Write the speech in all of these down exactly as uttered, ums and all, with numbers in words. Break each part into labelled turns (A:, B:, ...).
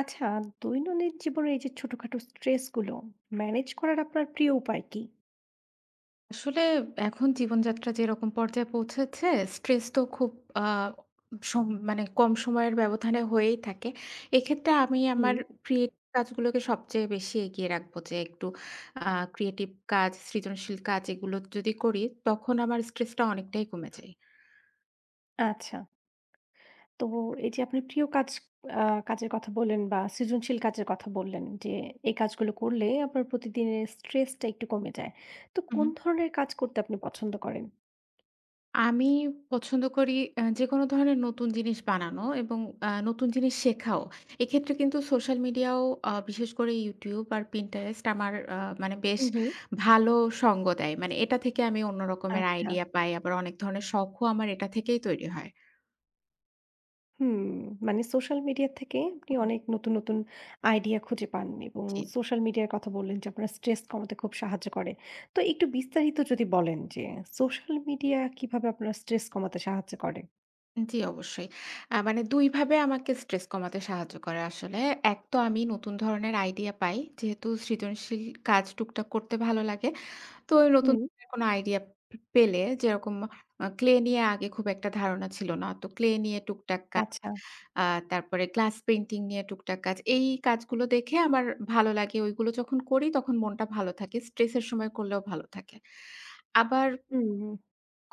A: আচ্ছা, দৈনন্দিন জীবনের এই যে ছোটখাটো স্ট্রেস গুলো ম্যানেজ করার আপনার প্রিয় উপায় কি?
B: আসলে এখন জীবনযাত্রা যেরকম পর্যায়ে পৌঁছেছে, স্ট্রেস তো খুব আ সম মানে কম সময়ের ব্যবধানে হয়েই থাকে। এক্ষেত্রে আমি
A: হুম।
B: আমার ক্রিয়েট কাজগুলোকে সবচেয়ে বেশি এগিয়ে রাখবো যে একটু আ ক্রিয়েটিভ কাজ, সৃজনশীল কাজ এগুলো যদি করি তখন আমার স্ট্রেসটা অনেকটাই কমে যায়।
A: আচ্ছা, তো এই যে আপনি প্রিয় কাজ আ কাজের কথা বললেন বা সৃজনশীল কাজের কথা বললেন যে এই কাজগুলো করলে আপনার প্রতিদিনের স্ট্রেসটা একটু কমে যায়। তো কোন
B: হুম।
A: ধরনের কাজ করতে আপনি পছন্দ করেন?
B: আমি পছন্দ করি আ যেকোনো ধরনের নতুন জিনিস বানানো এবং আ নতুন জিনিস শেখাও। এক্ষেত্রে কিন্তু সোশ্যাল মিডিয়াও আ বিশেষ করে YouTube আর Pinterest আমার আ মানে বেশ
A: হুম, হুম।
B: ভালো সঙ্গ দেয়। মানে এটা থেকে আমি অন্য রকমের
A: আচ্ছা।
B: আইডিয়া পাই। আবার অনেক ধরনের শখও আমার এটা থেকেই তৈরি হয়।
A: হুম, মানে সোশ্যাল মিডিয়া থেকে আপনি
B: হুম।
A: অনেক নতুন, নতুন আইডিয়া খুঁজে পান এবং
B: জি,
A: সোশ্যাল মিডিয়ার কথা বললেন যে আপনার স্ট্রেস কমাতে খুব সাহায্য করে। তো একটু বিস্তারিত যদি বলেন যে সোশ্যাল মিডিয়া কিভাবে আপনার স্ট্রেস কমাতে সাহায্য করে?
B: জি অবশ্যই। আ মানে দুই ভাবে আমাকে স্ট্রেস কমাতে সাহায্য করে আসলে। এক তো আমি নতুন ধরনের আইডিয়া পাই। যেহেতু সৃজনশীল কাজ টুকটাক করতে ভালো লাগে। তো ওই নতুন
A: হুম।
B: ধরনের কোনো আইডিয়া পে পেলে যেরকম আ ক্লে নিয়ে আগে খুব একটা ধারণা ছিল না। তো ক্লে নিয়ে টুকটাক কাজ,
A: আচ্ছা।
B: আ তারপরে গ্লাস পেইন্টিং নিয়ে টুকটাক কাজ। এই কাজগুলো দেখে আমার ভালো লাগে। ওইগুলো যখন করি তখন মনটা ভালো থাকে। স্ট্রেসের সময় করলেও ভালো থাকে। আবার
A: হুম,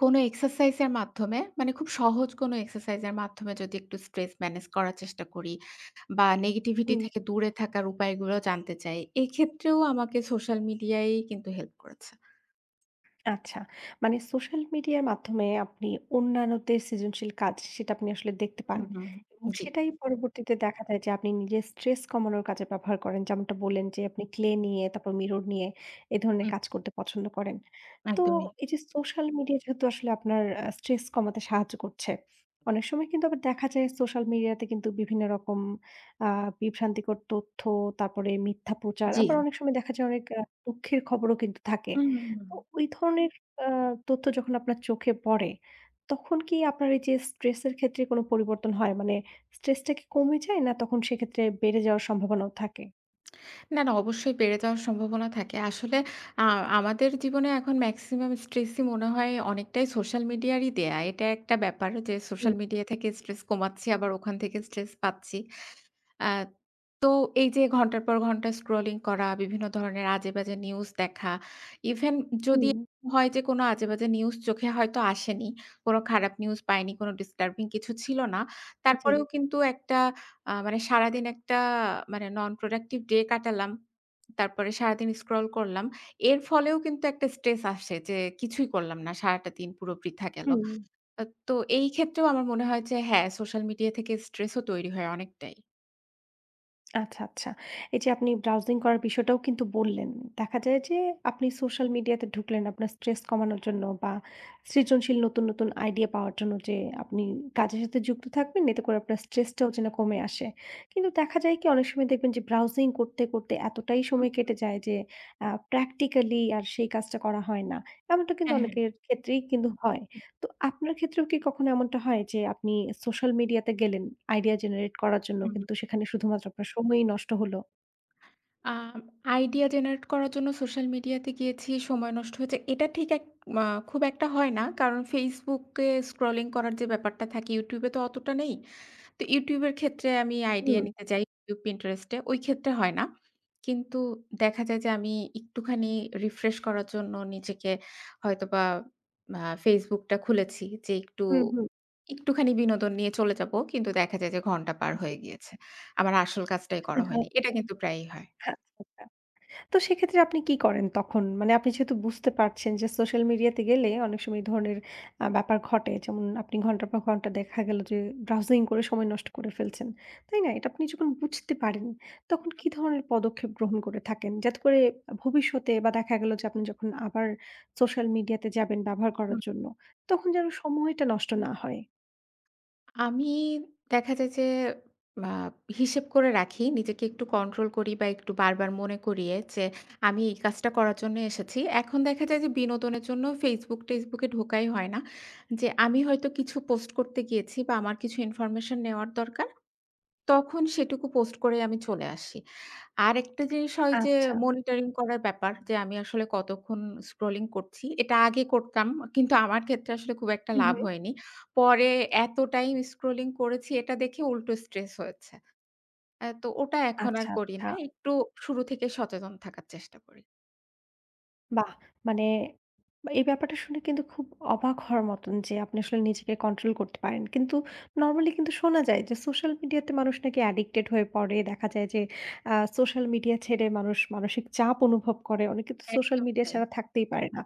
B: কোনো এক্সারসাইজ এর মাধ্যমে মানে খুব সহজ কোনো এক্সারসাইজ এর মাধ্যমে যদি একটু স্ট্রেস ম্যানেজ করার চেষ্টা করি বা নেগেটিভিটি
A: হুম।
B: থেকে দূরে থাকার উপায়গুলো জানতে চাই। এক্ষেত্রেও আমাকে সোশ্যাল মিডিয়াই কিন্তু হেল্প করেছে।
A: আচ্ছা। মানে সোশ্যাল মিডিয়ার মাধ্যমে আপনি অন্যান্যদের সৃজনশীল কাজ সেটা আপনি আসলে দেখতে পান।
B: হুম, হুম,
A: এবং
B: হুম। জি।
A: সেটাই পরবর্তীতে দেখা যায় যে আপনি নিজের স্ট্রেস কমানোর কাজে ব্যবহার করেন। যেমনটা বললেন যে আপনি ক্লে নিয়ে তারপর মিরর নিয়ে এ ধরনের
B: হুম,
A: কাজ করতে পছন্দ করেন। তো
B: একদমই।
A: এই যে সোশ্যাল মিডিয়া যেহেতু আসলে আপনার আ স্ট্রেস কমাতে সাহায্য করছে। অনেক সময় কিন্তু আবার দেখা যায় সোশ্যাল মিডিয়াতে কিন্তু বিভিন্ন রকম আ বিভ্রান্তিকর তথ্য, তারপরে মিথ্যা প্রচার
B: জি।
A: আবার অনেক সময় দেখা যায় অনেক আ দুঃখের খবরও কিন্তু থাকে।
B: হুম, হুম, হুম।
A: তো ওই ধরনের আ তথ্য যখন আপনার চোখে পড়ে, তখন কি আপনার এই যে স্ট্রেস এর ক্ষেত্রে কোনো পরিবর্তন হয়? মানে স্ট্রেসটা কি কমে যায়? না তখন সেক্ষেত্রে বেড়ে যাওয়ার সম্ভাবনাও থাকে?
B: না, না অবশ্যই বেড়ে যাওয়ার সম্ভাবনা থাকে। আসলে আ আমাদের জীবনে এখন মেক্সিমাম স্ট্রেসই মনে হয় অনেকটাই সোশ্যাল মিডিয়ারই দেয়া। এটা একটা ব্যাপার যে
A: হুম,
B: সোশ্যাল মিডিয়া থেকে স্ট্রেস কমাচ্ছি আবার ওখান থেকে স্ট্রেস পাচ্ছি। আ তো এই যে ঘন্টার পর ঘন্টা স্ক্রলিং করা, বিভিন্ন ধরনের আজেবাজে নিউজ দেখা, ইভেন যদি
A: হুম।
B: হয় যে কোনো আজেবাজে নিউজ চোখে হয়তো আসেনি, কোনো খারাপ নিউজ পাইনি, কোনো ডিস্টার্বিং কিছু ছিল না।
A: জি,
B: তারপরেও কিন্তু একটা আ মানে সারাদিন একটা মানে নন প্রোডাক্টিভ ডে কাটালাম। তারপরে সারাদিন স্ক্রল করলাম। এর ফলেও কিন্তু একটা স্ট্রেস আসে যে কিছুই করলাম না। সারাটা দিন পুরো বৃথা গেল।
A: হুম।
B: আ তো এই ক্ষেত্রেও আমার মনে হয় যে হ্যাঁ, সোশ্যাল মিডিয়া থেকে স্ট্রেসও তৈরি হয় অনেকটাই।
A: আচ্ছা, আচ্ছা। এই যে আপনি ব্রাউজিং করার বিষয়টাও কিন্তু বললেন। দেখা যায় যে আপনি সোশ্যাল মিডিয়াতে ঢুকলেন আপনার স্ট্রেস কমানোর জন্য বা সৃজনশীল নতুন, নতুন আইডিয়া পাওয়ার জন্য যে আপনি কাজের সাথে যুক্ত থাকবেন এতে করে আপনার স্ট্রেসটাও যেন কমে আসে। কিন্তু দেখা যায় কি অনেক সময় দেখবেন যে ব্রাউজিং করতে, করতে এতটাই সময় কেটে যায় যে আ প্র্যাকটিক্যালি আর সেই কাজটা করা হয় না। এমনটা কিন্তু
B: হ্যাঁ, হ্যাঁ।
A: অনেকের ক্ষেত্রেই কিন্তু হয়। তো আপনার ক্ষেত্রেও কি কখনো এমনটা হয় যে আপনি সোশ্যাল মিডিয়াতে গেলেন আইডিয়া জেনারেট করার জন্য
B: হুম।
A: কিন্তু সেখানে শুধুমাত্র আপনার সময়ই নষ্ট হলো?
B: আ আইডিয়া জেনারেট করার জন্য সোশ্যাল মিডিয়াতে গিয়েছি, সময় নষ্ট হয়েছে। এটা ঠিক এক আ খুব একটা হয় না। কারণ Facebook এ স্ক্রলিং করার যে ব্যাপারটা থাকে, YouTube এ তো অতটা নেই। তো YouTube এর ক্ষেত্রে আমি
A: হুম,
B: আইডিয়া নিতে যাই YouTube, Pinterest এ। ওই ক্ষেত্রে হয় না। কিন্তু দেখা যায় যে আমি একটুখানি রিফ্রেশ করার জন্য নিজেকে হয়তোবা আ Facebook টা খুলেছি যে একটু
A: হুম, হুম।
B: একটুখানি বিনোদন নিয়ে চলে যাবো। কিন্তু দেখা যায় যে ঘন্টা পার
A: জি।
B: হয়ে গিয়েছে। আমার আসল কাজটাই করা
A: হ্যাঁ, হ্যাঁ,
B: হয়নি। এটা কিন্তু প্রায়ই হয়।
A: আচ্ছা, আচ্ছা। তো সেক্ষেত্রে আপনি কি করেন তখন? মানে আপনি যেহেতু বুঝতে পারছেন যে সোশ্যাল মিডিয়াতে গেলে অনেক সময় এই ধরনের আ ব্যাপার ঘটে। যেমন আপনি ঘন্টার পর ঘন্টা দেখা গেল যে ব্রাউজিং করে সময় নষ্ট করে ফেলছেন। তাই না? এটা আপনি যখন বুঝতে পারেন তখন কি ধরনের পদক্ষেপ গ্রহণ করে থাকেন? যাতে করে ভবিষ্যতে বা দেখা গেল যে আপনি যখন আবার সোশ্যাল মিডিয়াতে যাবেন ব্যবহার করার জন্য, তখন যেন সময়টা নষ্ট না হয়।
B: আমি দেখা যায় যে আ হিসেব করে রাখি। নিজেকে একটু কন্ট্রোল করি বা একটু বারবার মনে করিয়ে যে আমি এই কাজটা করার জন্য এসেছি। এখন দেখা যায় যে বিনোদনের জন্য Facebook, টেসবুকে ঢোকাই হয় না। যে আমি হয়তো কিছু পোস্ট করতে গিয়েছি বা আমার কিছু ইনফরমেশন নেওয়ার দরকার। তখন সেটুকু পোস্ট করে আমি চলে আসি। আরেকটা জিনিস হয় যে
A: আচ্ছা।
B: মনিটরিং করার ব্যাপার যে আমি আসলে কতক্ষণ স্ক্রলিং করছি। এটা আগে করতাম। কিন্তু আমার ক্ষেত্রে আসলে খুব একটা
A: হু, হু।
B: লাভ হয়নি। পরে এত টাইম স্ক্রলিং করেছি এটা দেখে উল্টো স্ট্রেস হয়েছে। আ তো ওটা এখন আর
A: আচ্ছা,
B: করি
A: আচ্ছা।
B: না। একটু শুরু থেকে সচেতন থাকার চেষ্টা করি।
A: বাহ! মানে এই ব্যাপারটা শুনে কিন্তু খুব অবাক হওয়ার মতন যে আপনি আসলে নিজেকে কন্ট্রোল করতে পারেন। কিন্তু নরমালি কিন্তু শোনা যায় যে সোশ্যাল মিডিয়াতে মানুষ নাকি অ্যাডিক্টেড হয়ে পড়ে। দেখা যায় যে আ সোশ্যাল মিডিয়া ছেড়ে মানুষ মানসিক চাপ অনুভব করে। অনেকে তো সোশ্যাল
B: একদম
A: মিডিয়া
B: তাই।
A: ছাড়া থাকতেই পারে না।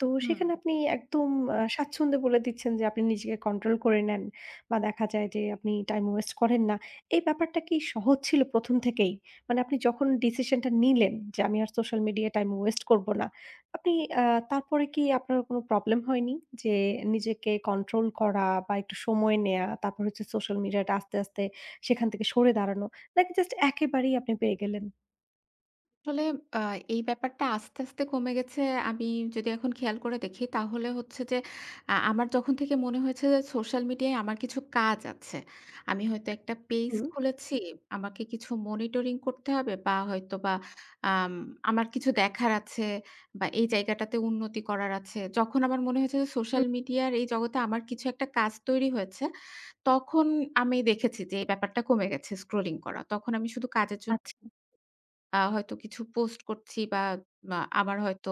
A: তো
B: হুম।
A: সেখানে আপনি একদম আ স্বাচ্ছন্দ্যে বলে দিচ্ছেন যে আপনি নিজেকে কন্ট্রোল করে নেন বা দেখা যায় যে আপনি টাইম ওয়েস্ট করেন না। এই ব্যাপারটা কি সহজ ছিল প্রথম থেকেই? মানে আপনি যখন ডিসিশনটা নিলেন যে আমি আর সোশ্যাল মিডিয়ায় টাইম ওয়েস্ট করব না। আপনি আ তারপরে কি আপনার কোন প্রবলেম হয়নি? যে নিজেকে কন্ট্রোল করা বা একটু সময় নেয়া, তারপর হচ্ছে সোশ্যাল মিডিয়াটা আস্তে, আস্তে সেখান থেকে সরে দাঁড়ানো নাকি জাস্ট একেবারেই আপনি পেরে গেলেন?
B: আসলে আ এই ব্যাপারটা আস্তে, আস্তে কমে গেছে। আমি যদি এখন খেয়াল করে দেখি তাহলে হচ্ছে যে আ আমার যখন থেকে মনে হয়েছে যে সোশ্যাল মিডিয়ায় আমার কিছু কাজ আছে। আমি হয়তো একটা পেজ
A: হুম,
B: খুলেছি। আমাকে কিছু মনিটরিং করতে হবে বা হয়তোবা আম আমার কিছু দেখার আছে বা এই জায়গাটাতে উন্নতি করার আছে। যখন আমার মনে হয়েছে যে
A: হুম,
B: সোশ্যাল মিডিয়ার এই জগতে আমার কিছু একটা কাজ তৈরি হয়েছে, তখন আমি দেখেছি যে এই ব্যাপারটা কমে গেছে স্ক্রলিং করা। তখন আমি শুধু কাজের জন্য
A: আচ্ছা।
B: আ হয়তো কিছু পোস্ট করছি বা মা আমার হয়তো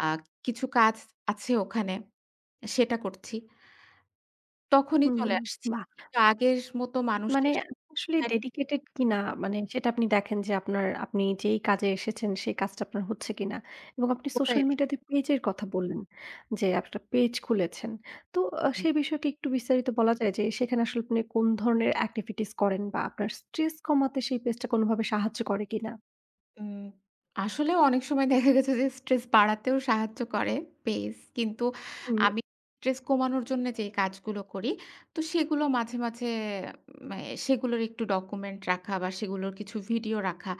B: আ কিছু কাজ আছে ওখানে, সেটা করছি। তখনই
A: হুম,
B: চলে আসছি।
A: বাহ!
B: কিন্তু আগের মতো
A: মানে
B: মানুষের
A: আপনি আসলে
B: সাথে
A: ডেডিকেটেড কিনা মানে সেটা আপনি দেখেন যে আপনার আপনি যেই কাজে এসেছেন সেই কাজটা আপনার হচ্ছে কিনা এবং আপনি
B: ওটাই
A: সোশ্যাল মিডিয়াতে পেজের কথা বললেন যে আপনার পেজ খুলেছেন তো আহ, সেই বিষয়কে একটু বিস্তারিত বলা যায় যে সেখানে আসলে আপনি কোন ধরনের অ্যাক্টিভিটিস করেন বা আপনার স্ট্রেস কমাতে সেই পেজটা কোনোভাবে সাহায্য করে কিনা?
B: উম আসলে অনেক সময় দেখা গেছে যে স্ট্রেস বাড়াতেও সাহায্য করে পেইজ। কিন্তু
A: হুম।
B: আমি স্ট্রেস কমানোর জন্য যে কাজগুলো করি, তো সেগুলো মাঝে, মাঝে মে সেগুলোর একটু ডকুমেন্ট রাখা বা সেগুলোর কিছু ভিডিও রাখা।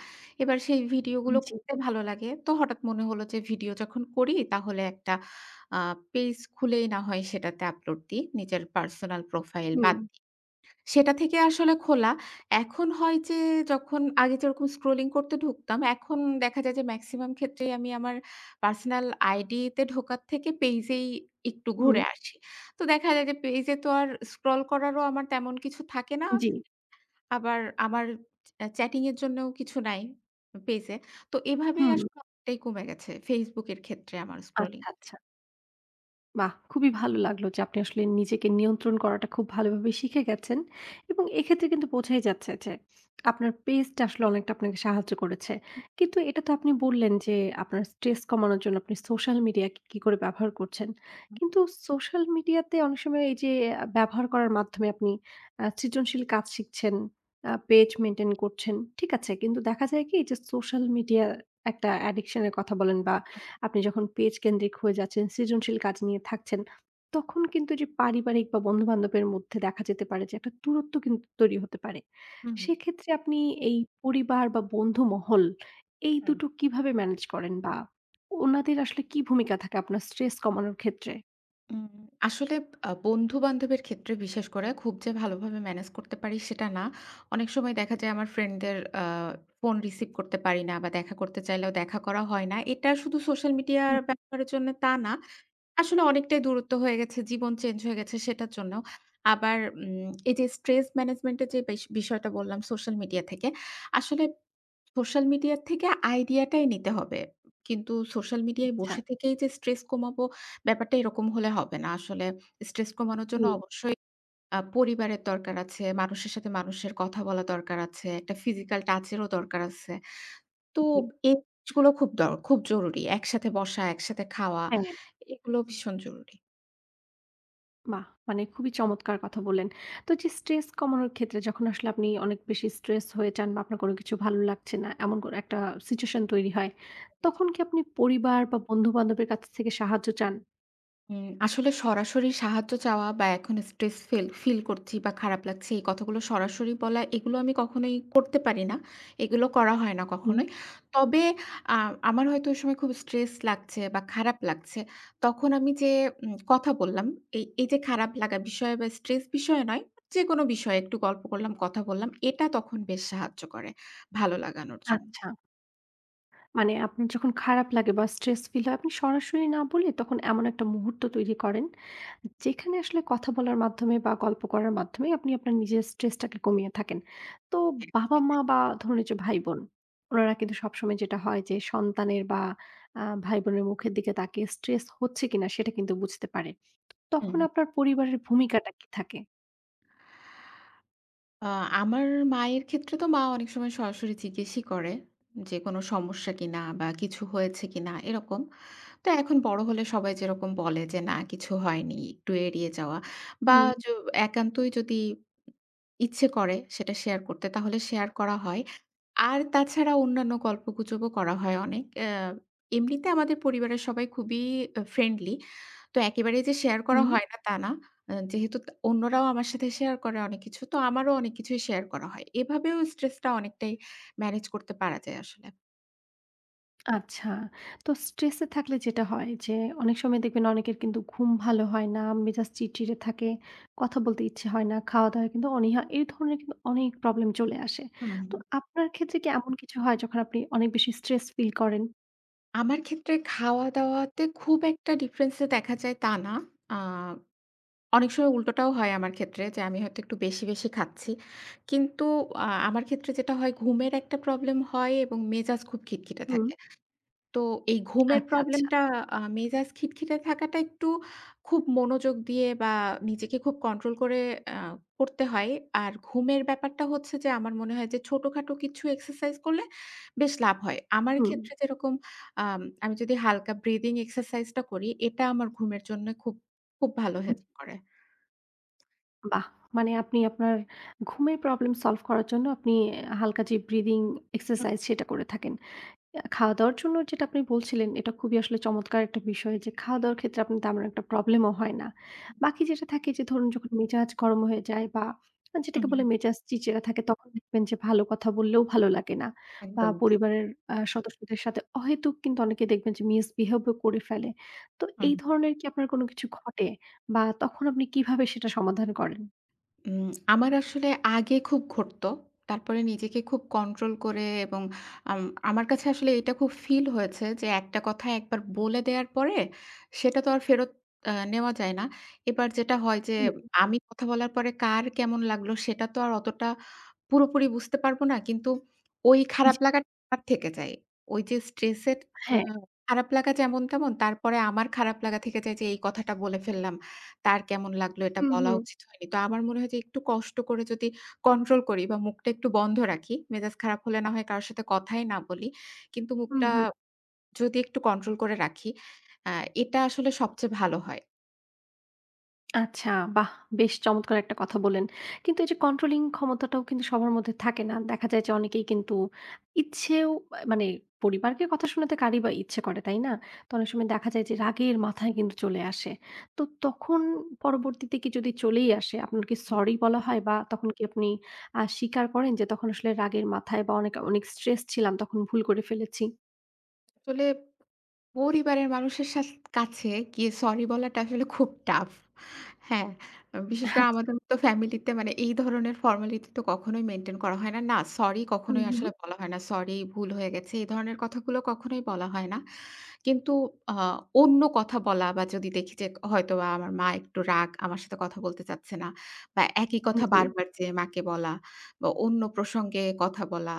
B: এবার সেই ভিডিওগুলো
A: জি।
B: করতে ভালো লাগে। তো হঠাৎ মনে হলো যে ভিডিও যখন করি তাহলে একটা আ পেইজ খুলেই না হয় সেটাতে আপলোড দিই। নিজের পার্সোনাল প্রোফাইল
A: হুম।
B: বাদ দিয়ে। সেটা থেকে আসলে খোলা। এখন হয় যে যখন আগে যেরকম স্ক্রলিং করতে ঢুকতাম, এখন দেখা যায় যে মেক্সিমাম ক্ষেত্রেই আমি আমার পার্সোনাল আইডিতে ঢোকার থেকে পেইজেই একটু
A: হুম।
B: ঘুরে আসি। তো দেখা যায় যে পেইজে তো আর স্ক্রল করারও আমার তেমন কিছু থাকে না।
A: জি।
B: আবার আমার চ্যা চ্যাটিং এর জন্যও কিছু নাই পেইজে। তো এভাবেই
A: হুম।
B: আসলে অনেকটাই কমে গেছে Facebook এর ক্ষেত্রে আমার স্ক্রলিং।
A: আচ্ছা, আচ্ছা। বাহ! খুবই ভালো লাগলো যে আপনি আসলে নিজেকে নিয়ন্ত্রণ করাটা খুব ভালোভাবে শিখে গেছেন এবং এক্ষেত্রে কিন্তু বোঝাই যাচ্ছে যে আপনার পেসটা আসলে অনেকটা আপনাকে সাহায্য করেছে। কিন্তু এটা তো আপনি বললেন যে আপনার স্ট্রেস কমানোর জন্য আপনি সোশ্যাল মিডিয়াকে কি করে ব্যবহার করছেন। কিন্তু সোশ্যাল মিডিয়াতে অনেক সময় এই যে আ ব্যবহার করার মাধ্যমে আপনি আ সৃজনশীল কাজ শিখছেন, আ পেজ মেইনটেইন করছেন। ঠিক আছে? কিন্তু দেখা যায় কি যে সোশ্যাল মিডিয়া একটা অ্যাডিকশন এর কথা বলেন বা আপনি যখন পেজ কেন্দ্রিক হয়ে যাচ্ছেন, সৃজনশীল কাজ নিয়ে থাকছেন, তখন কিন্তু যে পারিবারিক বা বন্ধু-বান্ধবের মধ্যে দেখা যেতে পারে যে একটা দূরত্ব কিন্তু তৈরি হতে পারে।
B: হু,
A: সেক্ষেত্রে আপনি এই পরিবার বা বন্ধু মহল এই
B: হু।
A: দুটো কিভাবে ম্যানেজ করেন বা ওনাদের আসলে কি ভূমিকা থাকে আপনার স্ট্রেস কমানোর ক্ষেত্রে?
B: উম আসলে আ বন্ধু-বান্ধবের ক্ষেত্রে বিশেষ করে খুব যে ভালোভাবে ম্যানেজ করতে পারি সেটা না। অনেক সময় দেখা যায় আমার ফ্রেন্ডদের আ ফোন রিসিভ করতে পারি না বা দেখা করতে চাইলেও দেখা করা হয় না। এটা শুধু সোশ্যাল
A: হুম।
B: মিডিয়ার ব্যবহারের জন্য তা না। আসলে অনেকটাই দূরত্ব হয়ে গেছে, জীবন চেঞ্জ হয়ে গেছে সেটার জন্যও। আবার উম এই যে স্ট্রেস ম্যানেজমেন্টের যে বিষ বিষয়টা বললাম সোশ্যাল মিডিয়া থেকে। আসলে সোশ্যাল মিডিয়া থেকে আইডিয়াটাই নিতে হবে। কিন্তু সোশ্যাল মিডিয়ায়
A: আচ্ছা।
B: বসে থেকেই যে স্ট্রেস কমাবো ব্যাপারটা এরকম হলে হবে না। আসলে স্ট্রেস কমানোর জন্য
A: হুম,
B: অবশ্যই আ পরিবারের দরকার আছে, মানুষের সাথে মানুষের কথা বলা দরকার আছে, একটা ফিজিক্যাল টাচেরও দরকার আছে। তো
A: জি।
B: এই জিনিসগুলো খুব দর খুব জরুরি। একসাথে বসা, একসাথে খাওয়া
A: হ্যাঁ।
B: এগুলো ভীষণ জরুরি।
A: বাহ! মানে খুবই চমৎকার কথা বললেন। তো যে স্ট্রেস কমানোর ক্ষেত্রে যখন আসলে আপনি অনেক বেশি স্ট্রেস হয়ে যান বা আপনার কোনো কিছু ভালো লাগছে না, এমন কোনো একটা সিচুয়েশন তৈরি হয়, তখন কি আপনি পরিবার বা বন্ধু-বান্ধবের কাছ থেকে সাহায্য চান?
B: হুম, আসলে সরাসরি সাহায্য চাওয়া বা এখন স্ট্রেস ফিল ফিল করছি বা খারাপ লাগছে এই কথাগুলো সরাসরি বলা এগুলো আমি কখনোই করতে পারি না। এগুলো করা হয় না
A: হুম।
B: কখনোই। তবে আ আমার হয়তো ওই সময় খুব স্ট্রেস লাগছে বা খারাপ লাগছে। তখন আমি যে উম কথা বললাম এই এই যে খারাপ লাগা বিষয়ে বা স্ট্রেস বিষয়ে নয়, যেকোনো বিষয়ে একটু গল্প করলাম, কথা বললাম। এটা তখন বেশ সাহায্য করে ভালো লাগানোর জন্য।
A: আচ্ছা। মানে আপনার যখন খারাপ লাগে বা স্ট্রেস ফিল হয় আপনি সরাসরি না বলে তখন এমন একটা মুহূর্ত তৈরি করেন যেখানে আসলে কথা বলার মাধ্যমে বা গল্প করার মাধ্যমে আপনি আপনার নিজের স্ট্রেসটাকে কমিয়ে থাকেন তো
B: হুম।
A: বাবা মা বা ধরুন এই যে ভাই বোন ওনারা কিন্তু সবসময় যেটা হয় যে সন্তানের বা আহ, ভাই বোনের মুখের দিকে তাকিয়ে স্ট্রেস হচ্ছে কিনা সেটা কিন্তু বুঝতে পারে
B: হুম।
A: তখন আপনার পরিবারের ভূমিকাটা কি থাকে?
B: আ আমার মায়ের ক্ষেত্রে তো মা অনেক সময় সরাসরি জিজ্ঞেসই করে যে, "কোনো সমস্যা কিনা? বা কিছু হয়েছে কিনা?" এরকম। তো এখন বড় হলে সবাই যেরকম বলে যে, "না কিছু হয়নি।" একটু এড়িয়ে যাওয়া বা
A: হুম।
B: য একান্তই যদি ইচ্ছে করে সেটা শেয়ার করতে তাহলে শেয়ার করা হয়। আর তাছাড়া অন্যান্য গল্পগুজবও করা হয় অনেক। অ্যা এমনিতে আমাদের পরিবারের সবাই খুবই আ ফ্রেন্ডলি। তো একেবারেই যে শেয়ার করা
A: হুম।
B: হয় না তা না। আ যেহেতু তা অন্যরাও আমার সাথে শেয়ার করে অনেক কিছু, তো আমারও অনেক কিছুই শেয়ার করা হয়। এভাবেও স্ট্রেসটা অনেকটাই ম্যানেজ করতে পারা যায় আসলে।
A: আচ্ছা। তো স্ট্রেসে থাকলে যেটা হয় যে অনেক সময় দেখবেন অনেকের কিন্তু ঘুম ভালো হয় না, মেজাজ চিড়চিড়ে থাকে, কথা বলতে ইচ্ছে হয় না, খাওয়া-দাওয়ায় কিন্তু অনীহা, এই ধরনের কিন্তু অনেক প্রবলেম চলে আসে।
B: হুম,
A: তো
B: হুম।
A: আপনার ক্ষেত্রে কি এমন কিছু হয় যখন আপনি অনেক বেশি স্ট্রেস ফিল করেন?
B: আমার ক্ষেত্রে খাওয়া-দাওয়াতে খুব একটা ডিফারেন্স দেখা যায় তা না। আ অনেক সময় উল্টোটাও হয় আমার ক্ষেত্রে যে, আমি হয়তো একটু বেশি, বেশি খাচ্ছি। কিন্তু আ আমার ক্ষেত্রে যেটা হয় ঘুমের একটা প্রবলেম হয় এবং মেজাজ খুব খিটখিটে
A: হুম,
B: থাকে। তো এই ঘুমের
A: আচ্ছা, আচ্ছা।
B: প্রবলেমটা আ মেজাজ খিটখিটে থাকাটা একটু খুব মনোযোগ দিয়ে বা নিজেকে খুব কন্ট্রোল করে আ করতে হয়। আর ঘুমের ব্যাপারটা হচ্ছে যে, আমার মনে হয় যে, ছোটখাটো কিছু এক্সারসাইজ করলে বেশ লাভ হয়। আমার
A: হুম,
B: ক্ষেত্রে যেরকম আম আমি যদি হালকা ব্রিদিং এক্সারসাইজটা করি, এটা আমার ঘুমের জন্য খুব, খুব ভালো হেল্প করে।
A: বাহ! মানে আপনি আপনার ঘুমের প্রবলেম সলভ করার জন্য আপনি হালকা যে ব্রিদিং এক্সারসাইজ সেটা করে থাকেন। আ খাওয়া-দাওয়ার জন্য যেটা আপনি বলছিলেন, এটা খুবই আসলে চমৎকার একটা বিষয় যে, খাওয়া-দাওয়ার ক্ষেত্রে আপনার তেমন একটা প্রবলেমও হয় না। বাকি যেটা থাকে যে ধরুন, যখন মেজাজ গরম হয়ে যায় বা আ
B: হুম,
A: যেটাকে বলে
B: হুম।
A: মেজাজ চিড়চিড়া থাকে, তখন দেখবেন যে ভালো কথা বললেও ভালো লাগে না। বা
B: একদমই তাই।
A: পরিবারের আ সদস্যদের সাথে অহেতুক কিন্তু অনেকে দেখবেন যে মিসবিহেভও করে ফেলে। তো
B: হুম,
A: এই ধরনের কি আপনার কোনো কিছু ঘটে? বা তখন আপনি কিভাবে সেটা সমাধান করেন?
B: উম আমার আসলে আগে খুব ঘটতো। তারপরে নিজেকে খুব কন্ট্রোল করে এবং আম আমার কাছে আসলে এটা খুব ফিল হয়েছে যে একটা কথা একবার বলে দেওয়ার পরে সেটা তো আর ফেরত আ নেওয়া যায় না। এবার যেটা হয় যে
A: হুম।
B: আমি কথা বলার পরে কার কেমন লাগলো সেটা তো আর অতটা পুরোপুরি বুঝতে পারবো না। কিন্তু ওই খারাপ
A: জি,
B: লাগাটা আমার থেকে যায়। ওই যে স্ট্রেসের আ
A: হ্যাঁ।
B: খারাপ লাগা যেমন তেমন তারপরে আমার খারাপ লাগা থেকে যায় যে এই কথাটা বলে ফেললাম। তার কেমন লাগলো এটা
A: হুম,
B: বলা
A: হুম।
B: উচিত হয়নি। তো আমার মনে হয় যে একটু কষ্ট করে যদি কন্ট্রোল করি বা মুখটা একটু বন্ধ রাখি, মেজাজ খারাপ হলে না হয় কারো সাথে কথাই না বলি। কিন্তু
A: হুম,
B: মুখটা
A: হুম।
B: যদি একটু কন্ট্রোল করে রাখি, আ এটা আসলে সবচেয়ে ভালো হয়।
A: আচ্ছা, বাহ! বেশ চমৎকার একটা কথা বললেন। কিন্তু এই যে কন্ট্রোলিং ক্ষমতাটাও কিন্তু সবার মধ্যে থাকে না। দেখা যায় যে অনেকেই কিন্তু ইচ্ছেও আ মানে পরিবারকে কথা শোনাতে কারই বা ইচ্ছে করে, তাই না? তো অনেক সময় দেখা যায় যে রাগের মাথায় কিন্তু চলে আসে। তো তখন পরবর্তীতে কি যদি চলেই আসে, আপনার কি
B: জি।
A: সরি বলা হয় বা তখন কি আপনি আ স্বীকার করেন যে তখন আসলে রাগের মাথায় বা অনেক, অনেক স্ট্রেস ছিলাম তখন ভুল করে ফেলেছি?
B: আসলে পরিবারের মানুষের সাথ কাছে গিয়ে সরি বলাটা আসলে খুব টাফ। হ্যাঁ, বিশেষ
A: আচ্ছা।
B: করে আমাদের তো ফ্যামিলিতে মানে এই ধরনের ফর্মালিটি তো কখনোই মেইনটেইন করা হয় না। না, সরি
A: হুম,
B: কখনোই
A: হুম।
B: আসলে বলা হয় না। সরি ভুল হয়ে গেছে। এই ধরনের কথাগুলো কখনোই বলা হয় না। কিন্তু আ অন্য কথা বলা বা যদি দেখি যে হয়তোবা আমার মা একটু রাগ, আমার সাথে কথা বলতে চাচ্ছে না বা একই কথা
A: জি,
B: বারবার যেয়ে মাকে বলা বা অন্য প্রসঙ্গে কথা বলা,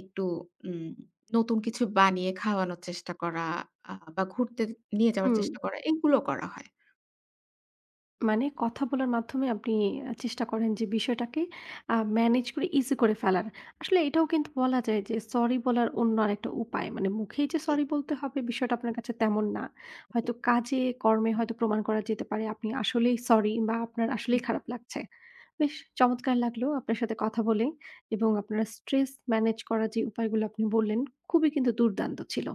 B: একটু উম নতুন কিছু বানিয়ে খাওয়ানোর চেষ্টা করা আ বা ঘুরতে নিয়ে যাওয়ার
A: হুম।
B: চেষ্টা করা, এগুলো করা হয়।
A: মানে কথা বলার মাধ্যমে আপনি আ চেষ্টা করেন যে বিষয়টাকে আ ম্যানেজ করে ইজি করে ফেলার। আসলে এটাও কিন্তু বলা যায় যে সরি বলার অন্য আরেকটা উপায়। মানে মুখেই যে
B: জি,
A: সরি বলতে হবে বিষয়টা আপনার কাছে তেমন না।
B: জি।
A: হয়তো কাজে কর্মে হয়তো প্রমাণ করা যেতে পারে আপনি আসলেই সরি বা আপনার
B: হুম।
A: আসলেই খারাপ লাগছে। বেশ চমৎকার লাগলো আপনার সাথে কথা বলে এবং আপনার স্ট্রেস ম্যানেজ করার যে উপায়গুলো আপনি বললেন খুবই কিন্তু দুর্দান্ত ছিল।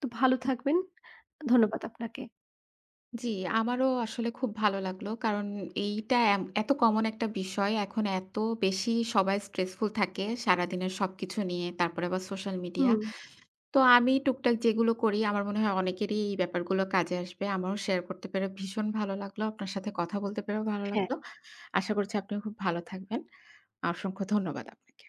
A: তো ভালো থাকবেন। ধন্যবাদ আপনাকে।
B: জি, আমারও আসলে খুব ভালো লাগলো। কারণ এইটা এম এত কমন একটা বিষয়। এখন এত বেশি সবাই স্ট্রেসফুল থাকে সারাদিনের সবকিছু নিয়ে। তারপরে আবার সোশ্যাল মিডিয়া।
A: হুম,
B: তো আমি টুকটাক যেগুলো করি আমার মনে হয় অনেকেরই এই ব্যাপারগুলো কাজে আসবে। আমারও শেয়ার করতে পেরে ভীষণ ভালো লাগলো। আপনার সাথে কথা বলতে পেরেও ভালো
A: হ্যাঁ।
B: লাগলো। আশা করছি আপনিও খুব ভালো থাকবেন। অসংখ্য ধন্যবাদ আপনাকে।